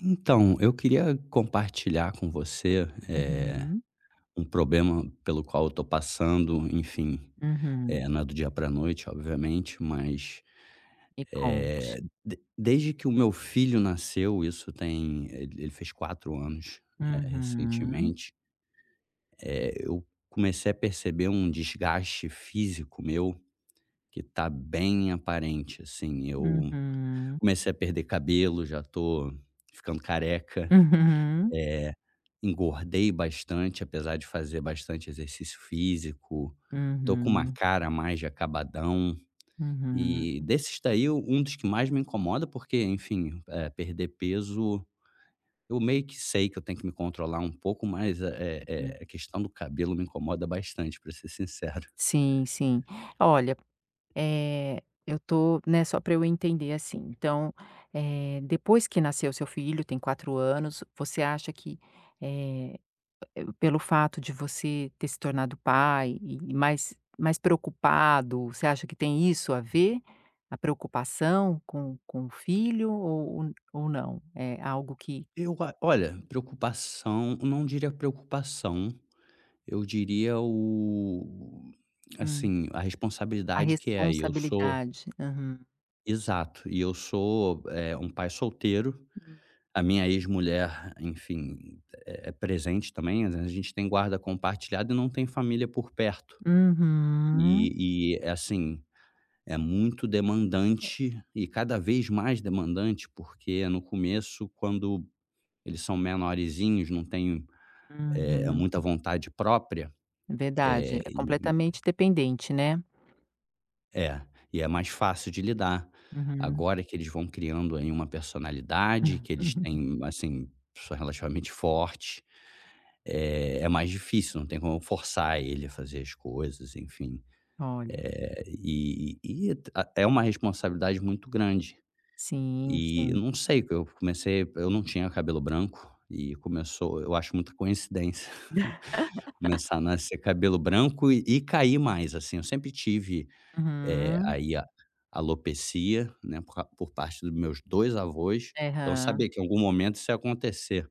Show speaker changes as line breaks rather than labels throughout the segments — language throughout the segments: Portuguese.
Então, eu queria compartilhar com você,
Uhum,
um problema pelo qual eu tô passando, enfim,
uhum.
não é do dia para a noite, obviamente, mas,
Me conte.
eh, de desde que o meu filho nasceu, isso tem ele ele fez 4 anos,
Uhum,
recentemente, eu comecei a perceber um desgaste físico meu que está bem aparente, assim. Eu
uhum,
comecei a perder cabelo, já estou ficando careca,
uhum,
eh, engordei bastante, apesar de fazer bastante exercício físico. Tô com uma
uhum,
cara mais de acabadão. E
uhum,
desses daí, um dos que mais me incomoda, porque, enfim, perder peso, eu meio que sei que eu tenho que me controlar um pouco, mas é,
uhum.
a questão do cabelo me incomoda bastante, pra ser sincero.
Sim, sim. Olha, eu tô, né, só para eu entender assim, então, depois que nasceu seu filho, tem 4 anos, você acha que, eh pelo fato de você ter se tornado pai e mais preocupado, você acha que tem isso a ver? A preocupação com o filho ou não? É algo que
Eu a olha, preocupação, não diria preocupação, eu diria, o
Hum.
assim, a
A
responsabilidade que é. Eu sou
responsabilidade. Aham.
Exato. E eu sou, um pai solteiro.
Uhum.
A minha ex-mulher, enfim, é presente também. A gente tem guarda compartilhada e não tem família por perto. E é assim, é muito demandante e cada vez mais demandante, porque no começo, quando eles são menorzinhos, não têm,
Uhum.
muita vontade própria,
É verdade,
eh,
é completamente dependente, né.
é, e é mais fácil de lidar.
Uhum.
Agora que eles vão criando aí uma personalidade, que eles têm, assim, são relativamente forte, é mais difícil, não tem como eu forçar ele a fazer as coisas, enfim.
Olha,
E é a é uma responsabilidade muito grande.
sim,
E eu
sim.
não sei, que eu não tinha cabelo branco e começou eu acho muita coincidência começar a nascer cabelo branco e cair mais, assim, eu sempre tive,
Uhum.
aí a alopecia, né, por parte dos meus 2 avós, então eu
Aham.
sabia que em algum momento isso ia acontecer,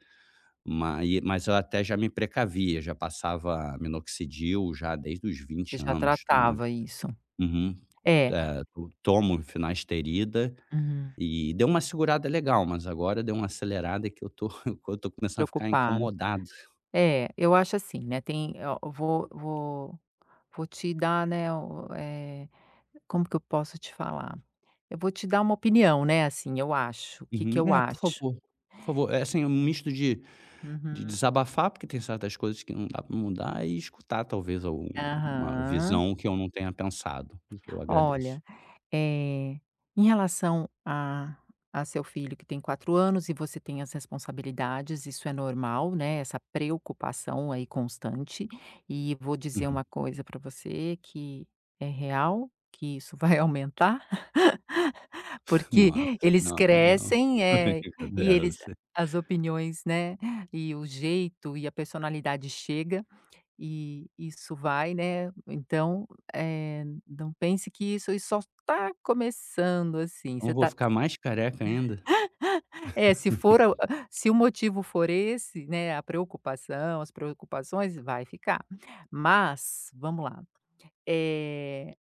mas eu até já me precavia, já passava minoxidil já desde os 20
Você já
anos, tomava,
tratava isso.
uhum,
É.
eh, to tomo finasterida
Uhum.
e deu uma segurada legal, mas agora deu uma acelerada que eu tô eu tô começando a ficar
Preocupado.
incomodado.
É, eu acho assim, né, tem ó, eu vou te dar, né, o como que eu posso te falar? Eu vou te dar uma opinião, né, assim, eu acho, o que que
Uhum.
eu
É,
acho.
por favor, é assim, um misto de
Uhum.
desabafar, porque tem certas coisas que não dá pra mudar, e escutar talvez alguma
Aham.
visão que eu não tenha pensado. Eu agradeço.
Olha, Eh, em relação a seu filho que tem 4 anos e você tem as responsabilidades, isso é normal, né, essa preocupação aí constante, e vou dizer
Uhum.
uma coisa para você que é real, que isso vai aumentar, porque
Nossa,
eles
não, não.
crescem, é e
Eu
eles
sei.
as opiniões, né, e o jeito e a personalidade chega. E isso vai, né, então, não pense que isso aí só está começando, assim,
Então
você
vou
tá
ficar mais careca ainda?
é, se for a se o motivo for esse, né, a preocupação, as preocupações, vai ficar. Mas, vamos lá, eh,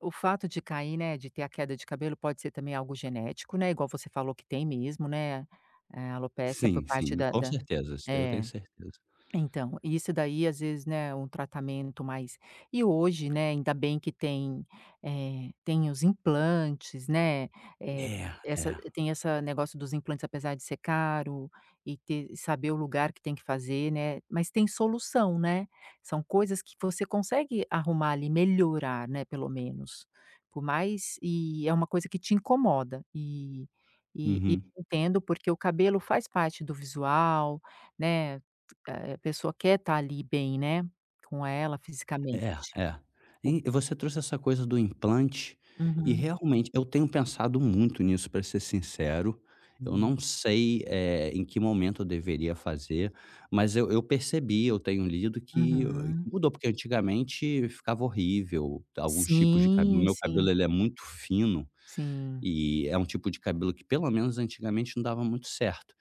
o fato de cair, né, de ter a queda de cabelo pode ser também algo genético, né, igual você falou que tem mesmo, né, alopecia por
Sim,
parte
sim,
da
com
da
certeza, isso daí eu tenho
é.
certeza.
Então, isso daí às vezes, né, um tratamento mais e hoje, né, ainda bem que tem, tem os implantes, né, eh,
É, é.
essa tem essa negócio dos implantes apesar de ser caro e ter saber o lugar que tem que fazer, né, mas tem solução, né, são coisas que você consegue arrumar ali, melhorar, né, pelo menos. Por mais e é uma coisa que te incomoda e e
Uhum.
entendo, porque o cabelo faz parte do visual, né, a pessoa quer estar ali bem, né, com ela
É,
fisicamente.
é.
O
E você trouxe essa coisa do implante, e
uhum.
realmente eu tenho pensado muito nisso, para ser sincero. Eu não sei, em que momento eu deveria fazer, mas eu percebi, eu tenho lido que,
Uhum.
mudou, porque antigamente ficava horrível, alguns tipos de cabelo.
Sim,
Meu cabelo
sim,
ele é muito fino,
sim.
e é um tipo de cabelo que pelo menos antigamente não dava muito certo.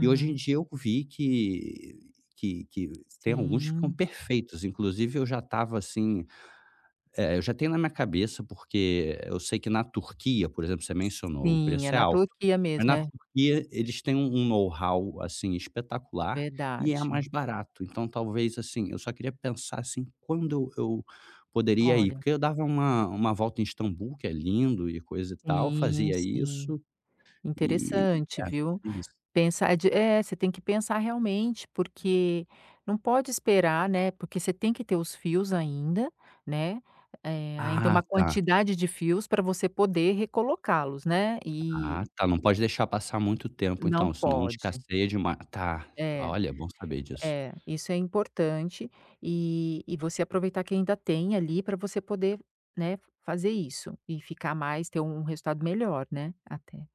E hoje em dia eu vi que tem alguns que ficam
Sim,
perfeitos, inclusive eu já estava assim, é, eu já tenho na minha cabeça, porque eu sei que na Turquia, por exemplo, você mencionou, o
sim, é
preço é
na
alto,
Turquia
mas
mesmo,
na
é
Turquia eles têm um know-how, assim, espetacular e é
verdade.
mais barato. Então talvez, assim, eu só queria pensar, assim, quando eu poderia ir,
Olha,
porque eu dava uma volta em Istambul, que é lindo e coisa e tal,
sim,
fazia
sim,
isso e
interessante,
é, é
viu?
isso.
Pensar de é, você tem que pensar realmente, porque não pode esperar, né, porque você tem que ter os fios ainda, né, ainda
Ah,
uma
tá.
quantidade de fios para você poder recolocá-los, né,
Ah,
e
tá, não pode deixar passar muito tempo
não
então, senão
pode.
escasseia demais. Tá,
É.
olha, é bom saber disso.
É, isso é importante e você aproveitar que ainda tem ali para você poder, né, fazer isso e ficar mais ter um resultado melhor, né, até.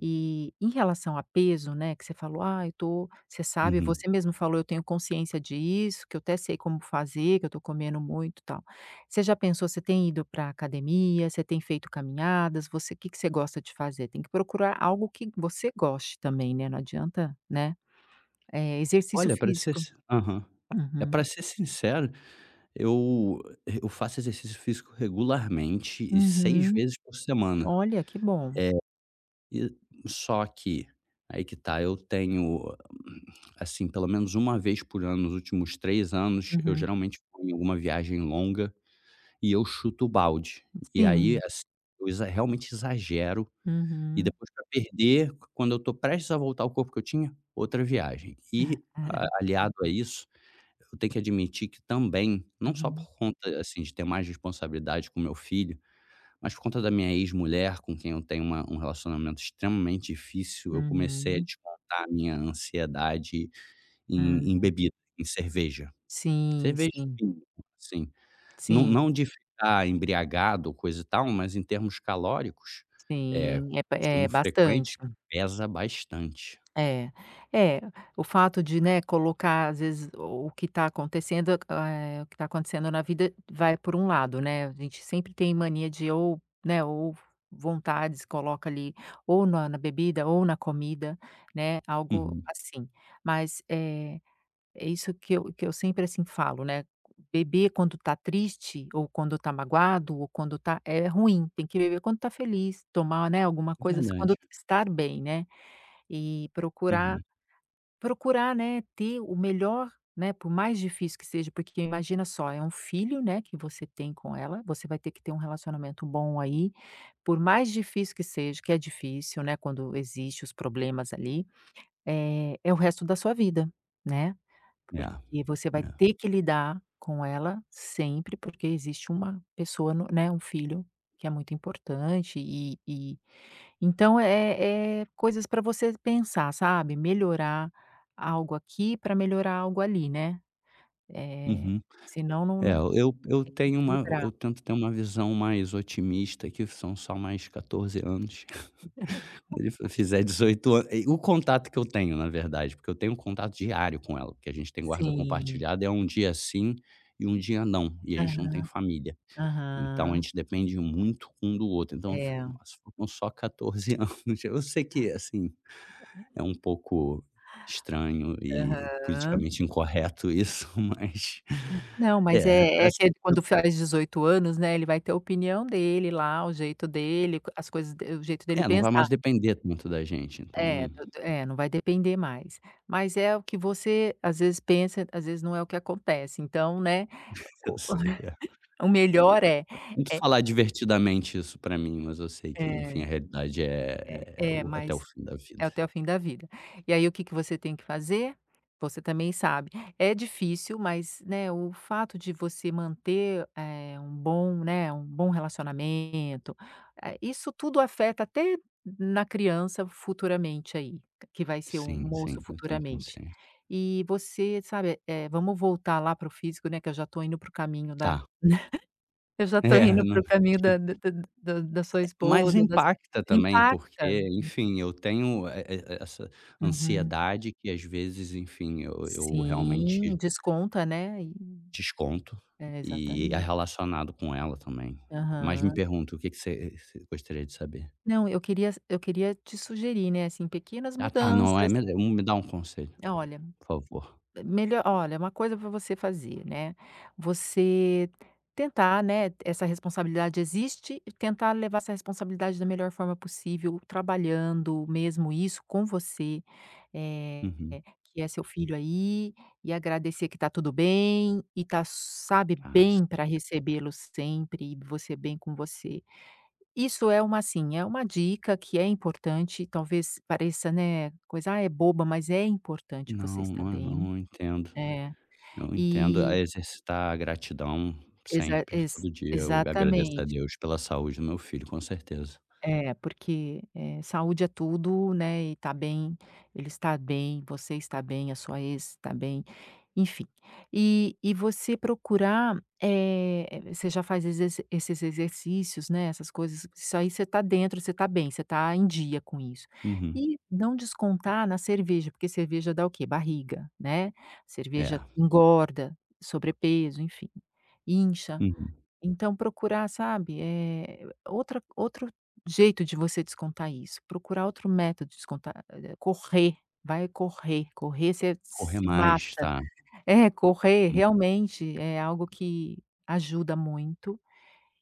E em relação a peso, né, que você falou: "Ah, eu tô", você sabe,
Uhum.
você mesmo falou: "Eu tenho consciência disso, que eu até sei como fazer, que eu tô comendo muito, e tal". Você já pensou você tem ido para academia, você tem feito caminhadas, você o que que você gosta de fazer? Tem que procurar algo que você goste também, né, não adianta, né, exercício
Olha, para ser
físico.
si aham. É,
Uhum,
para ser sincero, eu eu faço exercício físico regularmente e 6
uhum.
vezes por semana.
Olha, que bom.
E só que, aí que tá, eu tenho, assim, pelo menos uma vez por ano nos últimos 3 anos, eu
Uhum.
geralmente vou em alguma viagem longa e eu chuto o balde. E aí,
Sim.
assim, eu exa realmente exagero e
Uhum.
depois para perder, quando eu tô prestes a voltar ao corpo que eu tinha, outra viagem. E a aliado a isso eu tenho que admitir que também, não só por
Uhum,
conta, assim, de ter mais responsabilidade com meu filho, mas por conta da minha ex-mulher, com quem eu tenho uma um relacionamento extremamente difícil, eu comecei a
uhum.
descontar a minha ansiedade
Hum.
em bebida, em cerveja.
Sim,
Cerveja,
sim,
sim, assim. Não,
sim,
não de ficar embriagado coisa e tal, mas em termos calóricos, eh,
sim. É ba é
consumo
bastante.
frequente pesa bastante.
É, é, o fato de, né, colocar às vezes o que está acontecendo, o que está acontecendo na vida vai por um lado, né, a gente sempre tem mania de ou, né, ou vontades coloca ali ou na na bebida ou na comida, né, algo
Uhum.
assim. Mas, é isso que eu sempre, assim, falo, né, beber quando está triste ou quando está magoado ou quando está é ruim, tem que beber quando está feliz, tomar, né, alguma
É
coisa quando
verdade.
tá, estar bem, né, e procurar.
Uhum.
Procurar, né, ter o melhor, né, por mais difícil que seja, porque imagina só, é um filho, né, que você tem com ela, você vai ter que ter um relacionamento bom aí, por mais difícil que seja, que é difícil, né, quando existem os problemas ali, é o resto da sua vida, né.
É,
Porque você vai
é.
ter que lidar com ela sempre, porque existe uma pessoa, no né, um filho que é muito importante e então é é coisas para você pensar, sabe, melhorar algo aqui para melhorar algo ali, né, eh,
Uhum.
senão não
É,
não tem que equilibrar.
eu tento ter uma visão mais otimista, que são só mais 14 anos. Quando ele f fizer 18 anos, o contato que eu tenho, na verdade, porque eu tenho um contato diário com ela, porque a gente tem guarda
Sim.
compartilhada, é um dia sim e um dia não, e a gente não tem
Aham,
família. Então a
aham.
gente depende muito um do outro. Então eu fico:
É.
"Nossa, faltam só 14 anos". Eu sei que, assim, é um pouco estranho e
Aham.
politicamente incorreto isso, mas
Não, mas
é,
é é
assim,
que quando faz 18 anos, né, ele vai ter a opinião dele lá, o jeito dele, as coisas de o jeito dele
é, não vai
pensar.
mais depender tanto da gente, então.
É, do é, não vai depender mais. Mas é o que você, às vezes, pensa, às vezes não é o que acontece. Então, né,
Eu
o
sei, é.
o melhor é
Tento
é
falar divertidamente isso pra mim, mas eu sei que, enfim, a
é
realidade
é
é, é
é,
o até o
mas
fim da
é
vida.
até o fim da vida. E aí o que que você tem que fazer? Você também sabe. É difícil, mas, né, o fato de você manter, um bom, né, um bom relacionamento, isso tudo afeta até na criança futuramente aí, que vai ser um
Sim, sim,
moço
eu tenho
futuramente.
consciência.
E você, sabe, vamos voltar lá para o físico, né, que eu já estou indo para o caminho da
Tá.
eu já estou
É,
indo
não
para o
é,
caminho da sua
mas
esposa, das
impacta também,
impacta.
porque, enfim, eu tenho, e essa
Uhum.
ansiedade que às vezes, enfim, eu realmente
Sim, desconta, né, e
desconto,
é,
e é
exatamente.
relacionado com ela também. Mas me
Aham.
pergunta, o que que você gostaria de saber?
Não, eu queria te sugerir, né, assim, pequenas
Ah, tá, não, é
mudanças.
melhor me dá um conselho,
Olha,
por favor.
melhor olha, uma coisa para você fazer, né, você tentar, né, essa responsabilidade existe e tentar levar essa responsabilidade da melhor forma possível, trabalhando mesmo isso com você, eh,
Uhum.
que é seu filho aí, e agradecer que tá tudo bem e tá, sabe,
Ah, s
bem para recebê-lo sempre e você bem com você. Isso é uma, assim, é uma dica que é importante, talvez pareça, né, coisa: "Ah, é boba", mas é importante você
não,
estar
não é
bem.
não, eu entendo.
É.
Eu entendo, a
E
exercitar a gratidão sempre, todo dia eu agradeço a
exatamente.
Deus pela saúde do meu filho, com certeza.
É, porque, saúde é tudo, né, e tá bem, ele está bem, você está bem, a sua ex está bem, enfim. E você procurar, você já faz exerci esses exercícios, né, essas coisas, isso aí você tá dentro, você tá bem, você tá em dia com isso.
Uhum.
E não descontar na cerveja, porque cerveja dá o quê? Barriga, né,
É.
cerveja engorda, sobrepeso, enfim, incha.
Uhum.
Então procurar, sabe, é outra outro jeito de você descontar isso, procurar outro método de descontar, correr, vai correr, correr você
Correr
se mata.
mais, tá?
É, correr realmente é algo que ajuda muito,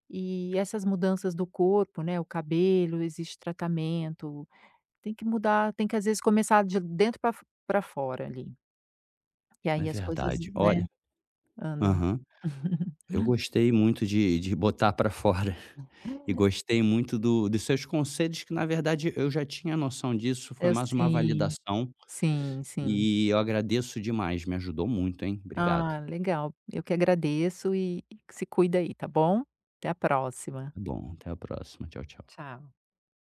e essas mudanças do corpo, né, o cabelo, existe tratamento, tem que mudar, tem que às vezes começar de dentro para f fora ali, e
É
aí as coisas,
verdade.
né,
Olha,
andam.
aham. Eu gostei muito de botar para fora e gostei muito do dos seus conselhos que, na verdade, eu já tinha noção disso, foi
Eu
mais uma
sim,
validação
sim, sim.
e eu agradeço demais, me ajudou muito, hein. Obrigado.
Ah, legal. Eu que agradeço e se cuida aí, tá bom? Até a próxima.
Tá bom, até a próxima. Tchau, tchau.
Tchau.